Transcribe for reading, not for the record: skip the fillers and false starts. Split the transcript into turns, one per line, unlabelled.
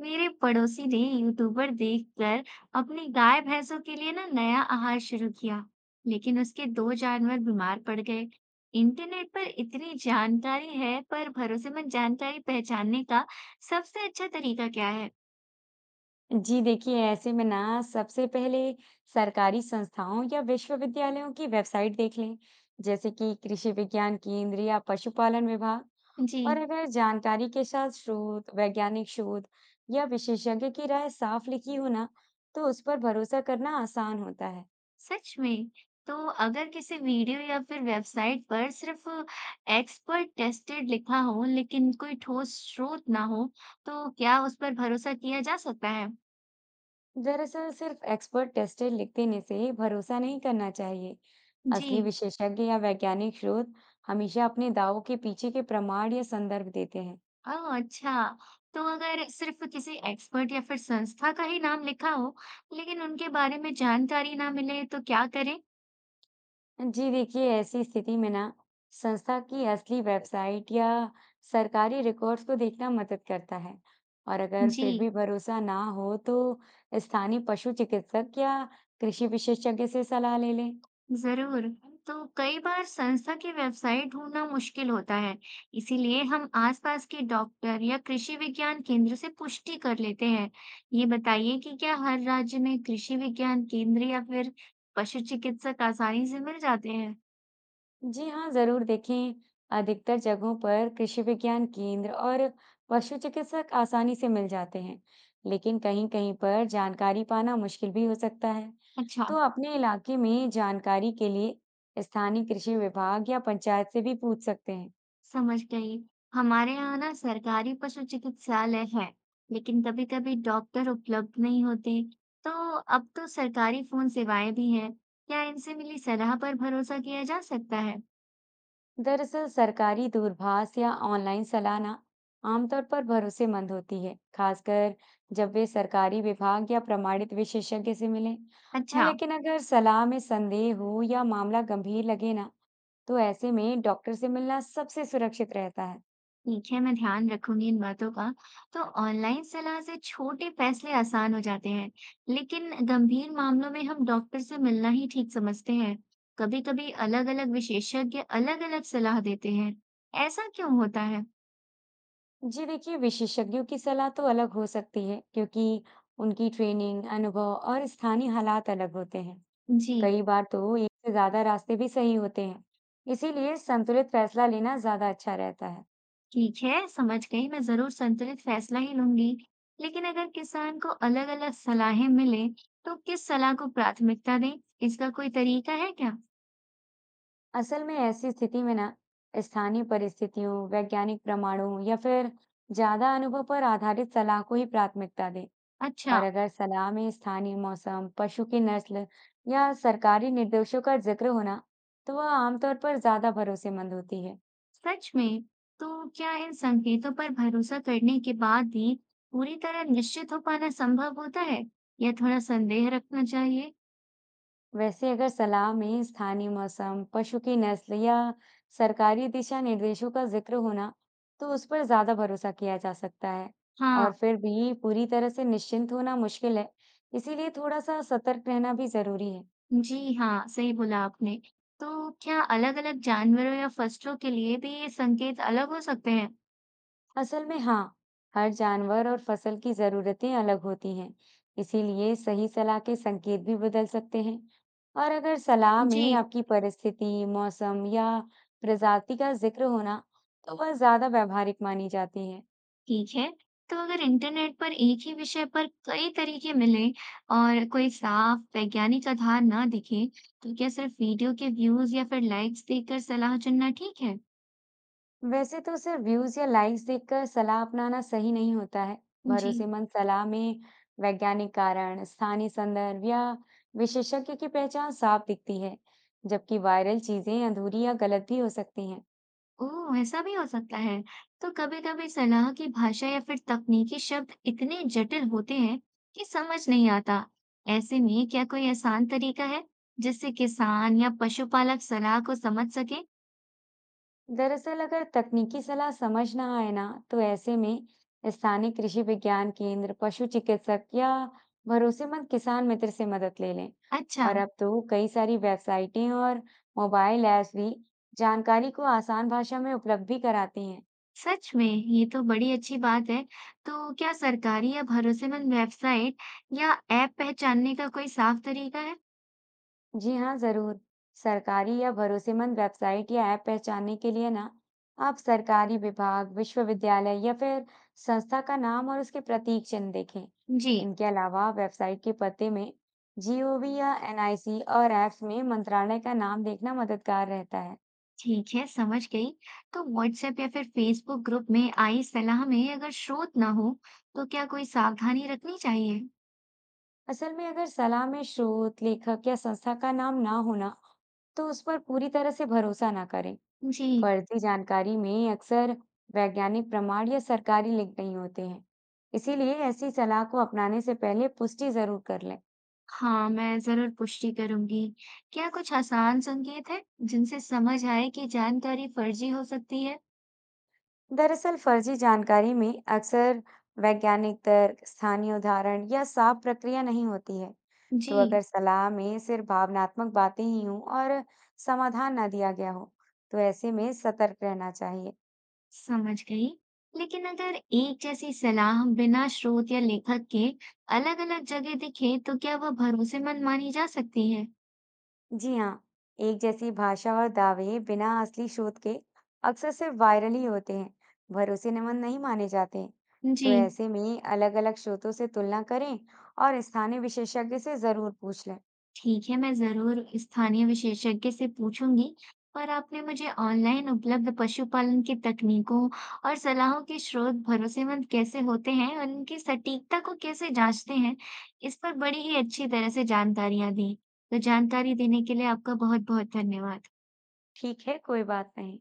मेरे पड़ोसी ने यूट्यूबर देखकर अपनी गाय भैंसों के लिए ना नया आहार शुरू किया, लेकिन उसके दो जानवर बीमार पड़ गए। इंटरनेट पर इतनी जानकारी है, पर भरोसेमंद जानकारी पहचानने का सबसे अच्छा तरीका क्या है?
जी देखिए ऐसे में ना सबसे पहले सरकारी संस्थाओं या विश्वविद्यालयों की वेबसाइट देख लें। जैसे कि कृषि विज्ञान केंद्र या पशुपालन विभाग।
जी,
और अगर जानकारी के साथ शोध वैज्ञानिक शोध या विशेषज्ञ की राय साफ लिखी हो ना, तो उस पर भरोसा करना आसान होता है।
सच में। तो अगर किसी वीडियो या फिर वेबसाइट पर सिर्फ एक्सपर्ट टेस्टेड लिखा हो, लेकिन कोई ठोस स्रोत ना हो, तो क्या उस पर भरोसा किया जा सकता है?
दरअसल सिर्फ एक्सपर्ट टेस्टेड लिख देने से भरोसा नहीं करना चाहिए।
जी,
असली विशेषज्ञ या वैज्ञानिक शोध हमेशा अपने दावों के पीछे के प्रमाण या संदर्भ देते हैं।
ओह अच्छा, तो अगर सिर्फ किसी एक्सपर्ट या फिर संस्था का ही नाम लिखा हो, लेकिन उनके बारे में जानकारी ना मिले तो क्या करें?
जी देखिए ऐसी स्थिति में ना, संस्था की असली वेबसाइट या सरकारी रिकॉर्ड्स को देखना मदद करता है। और अगर फिर
जी,
भी भरोसा ना हो तो स्थानीय पशु चिकित्सक या कृषि विशेषज्ञ से सलाह ले लें।
जरूर। तो कई बार संस्था की वेबसाइट ढूंढना मुश्किल होता है, इसीलिए हम आसपास के डॉक्टर या कृषि विज्ञान केंद्र से पुष्टि कर लेते हैं। ये बताइए कि क्या हर राज्य में कृषि विज्ञान केंद्र या फिर पशु चिकित्सक आसानी से मिल जाते हैं?
जी हाँ, ज़रूर देखें। अधिकतर जगहों पर कृषि विज्ञान केंद्र और पशु चिकित्सक आसानी से मिल जाते हैं, लेकिन कहीं-कहीं पर जानकारी पाना मुश्किल भी हो सकता है।
अच्छा,
तो अपने इलाके में जानकारी के लिए स्थानीय कृषि विभाग या पंचायत से भी पूछ सकते हैं।
समझ गई। हमारे यहाँ ना सरकारी पशु चिकित्सालय है, लेकिन कभी-कभी डॉक्टर उपलब्ध नहीं होते। तो अब तो सरकारी फोन सेवाएं भी हैं। क्या इनसे मिली सलाह पर भरोसा किया जा सकता है?
दरअसल सरकारी दूरभाष या ऑनलाइन सलाहना आमतौर पर भरोसेमंद होती है, खासकर जब वे सरकारी विभाग या प्रमाणित विशेषज्ञ से मिलें। हाँ,
अच्छा,
लेकिन अगर सलाह में संदेह हो या मामला गंभीर लगे ना, तो ऐसे में डॉक्टर से मिलना सबसे सुरक्षित रहता है।
ठीक है, मैं ध्यान रखूंगी इन बातों का। तो ऑनलाइन सलाह से छोटे फैसले आसान हो जाते हैं, लेकिन गंभीर मामलों में हम डॉक्टर से मिलना ही ठीक समझते हैं। कभी-कभी अलग-अलग विशेषज्ञ अलग-अलग सलाह देते हैं। ऐसा क्यों होता है?
जी देखिए, विशेषज्ञों की सलाह तो अलग हो सकती है, क्योंकि उनकी ट्रेनिंग, अनुभव और स्थानीय हालात अलग होते हैं।
जी,
कई बार तो एक से ज्यादा रास्ते भी सही होते हैं, इसीलिए संतुलित फैसला लेना ज्यादा अच्छा रहता है।
ठीक है, समझ गई, मैं जरूर संतुलित फैसला ही लूंगी। लेकिन अगर किसान को अलग अलग सलाहें मिले तो किस सलाह को प्राथमिकता दें, इसका कोई तरीका है क्या?
असल में ऐसी स्थिति में ना, स्थानीय परिस्थितियों, वैज्ञानिक प्रमाणों या फिर ज्यादा अनुभव पर आधारित सलाह को ही प्राथमिकता दें।
अच्छा,
और अगर सलाह में स्थानीय मौसम, पशु की नस्ल या सरकारी निर्देशों का जिक्र होना, तो वह आमतौर पर ज्यादा भरोसेमंद होती है।
सच में। तो क्या इन संकेतों पर भरोसा करने के बाद भी पूरी तरह निश्चित हो पाना संभव होता है, या थोड़ा संदेह रखना चाहिए?
वैसे अगर सलाह में स्थानीय मौसम, पशु की नस्ल या सरकारी दिशा निर्देशों का जिक्र होना, तो उस पर ज्यादा भरोसा किया जा सकता है।
हाँ,
और फिर भी पूरी तरह से निश्चिंत होना मुश्किल है, इसीलिए थोड़ा सा सतर्क रहना भी जरूरी है।
जी हाँ, सही बोला आपने। तो क्या अलग अलग जानवरों या फसलों के लिए भी ये संकेत अलग हो सकते हैं?
असल में हाँ, हर जानवर और फसल की जरूरतें अलग होती हैं, इसीलिए सही सलाह के संकेत भी बदल सकते हैं। और अगर सलाह
जी,
में आपकी परिस्थिति, मौसम या प्रजाति का जिक्र होना, तो वह ज्यादा व्यावहारिक मानी जाती है।
ठीक है। तो अगर इंटरनेट पर एक ही विषय पर कई तरीके मिलें और कोई साफ वैज्ञानिक आधार ना दिखे, तो क्या सिर्फ वीडियो के व्यूज या फिर लाइक्स देखकर सलाह चुनना ठीक है?
वैसे तो सिर्फ व्यूज या लाइक्स देखकर सलाह अपनाना सही नहीं होता है।
जी,
भरोसेमंद सलाह में वैज्ञानिक कारण, स्थानीय संदर्भ या विशेषज्ञ की पहचान साफ दिखती है, जबकि वायरल चीजें अधूरी या गलत भी हो सकती हैं।
ओह, ऐसा भी हो सकता है। तो कभी-कभी सलाह की भाषा या फिर तकनीकी शब्द इतने जटिल होते हैं कि समझ नहीं आता। ऐसे में क्या कोई आसान तरीका है जिससे किसान या पशुपालक सलाह को समझ सके?
दरअसल अगर तकनीकी सलाह समझ ना आए ना, तो ऐसे में स्थानीय कृषि विज्ञान केंद्र, पशु चिकित्सक या भरोसेमंद किसान मित्र से मदद ले लें।
अच्छा।
और अब तो कई सारी वेबसाइटें और मोबाइल ऐप्स भी जानकारी को आसान भाषा में उपलब्ध भी कराती हैं।
सच में! ये तो बड़ी अच्छी बात है। तो क्या सरकारी या भरोसेमंद वेबसाइट या ऐप पहचानने का कोई साफ तरीका है?
जी हाँ, ज़रूर। सरकारी या भरोसेमंद वेबसाइट या ऐप पहचानने के लिए ना, आप सरकारी विभाग, विश्वविद्यालय या फिर संस्था का नाम और उसके प्रतीक चिह्न देखें।
जी,
इनके अलावा वेबसाइट के पते में जीओवी या एनआईसी और ऐप्स में मंत्रालय का नाम देखना मददगार रहता है।
ठीक है, समझ गई। तो व्हाट्सएप या फिर फेसबुक ग्रुप में आई सलाह में अगर स्रोत ना हो, तो क्या कोई सावधानी रखनी चाहिए?
असल में अगर सलाह में स्रोत, लेखक या संस्था का नाम ना हो ना, तो उस पर पूरी तरह से भरोसा ना करें।
जी,
फर्जी जानकारी में अक्सर वैज्ञानिक प्रमाण या सरकारी लिंक नहीं होते हैं, इसीलिए ऐसी सलाह को अपनाने से पहले पुष्टि जरूर कर लें।
हाँ, मैं ज़रूर पुष्टि करूंगी। क्या कुछ आसान संकेत है, जिनसे समझ आए कि जानकारी फर्जी हो सकती है?
दरअसल फर्जी जानकारी में अक्सर वैज्ञानिक तर्क, स्थानीय उदाहरण या साफ प्रक्रिया नहीं होती है। तो
जी।
अगर सलाह में सिर्फ भावनात्मक बातें ही हों और समाधान ना दिया गया हो, तो ऐसे में सतर्क रहना चाहिए।
समझ गई। लेकिन अगर एक जैसी सलाह बिना स्रोत या लेखक के अलग अलग जगह दिखे तो क्या वह भरोसेमंद मानी जा सकती है?
जी हाँ, एक जैसी भाषा और दावे बिना असली शोध के अक्सर सिर्फ वायरल ही होते हैं, भरोसेमंद नहीं माने जाते।
जी,
तो ऐसे में अलग-अलग स्रोतों से तुलना करें और स्थानीय विशेषज्ञ से जरूर पूछ लें।
ठीक है, मैं जरूर स्थानीय विशेषज्ञ से पूछूंगी। पर आपने मुझे ऑनलाइन उपलब्ध पशुपालन की तकनीकों और सलाहों के स्रोत भरोसेमंद कैसे होते हैं और उनकी सटीकता को कैसे जांचते हैं, इस पर बड़ी ही अच्छी तरह से जानकारियां दी। तो जानकारी देने के लिए आपका बहुत बहुत धन्यवाद।
ठीक है, कोई बात नहीं।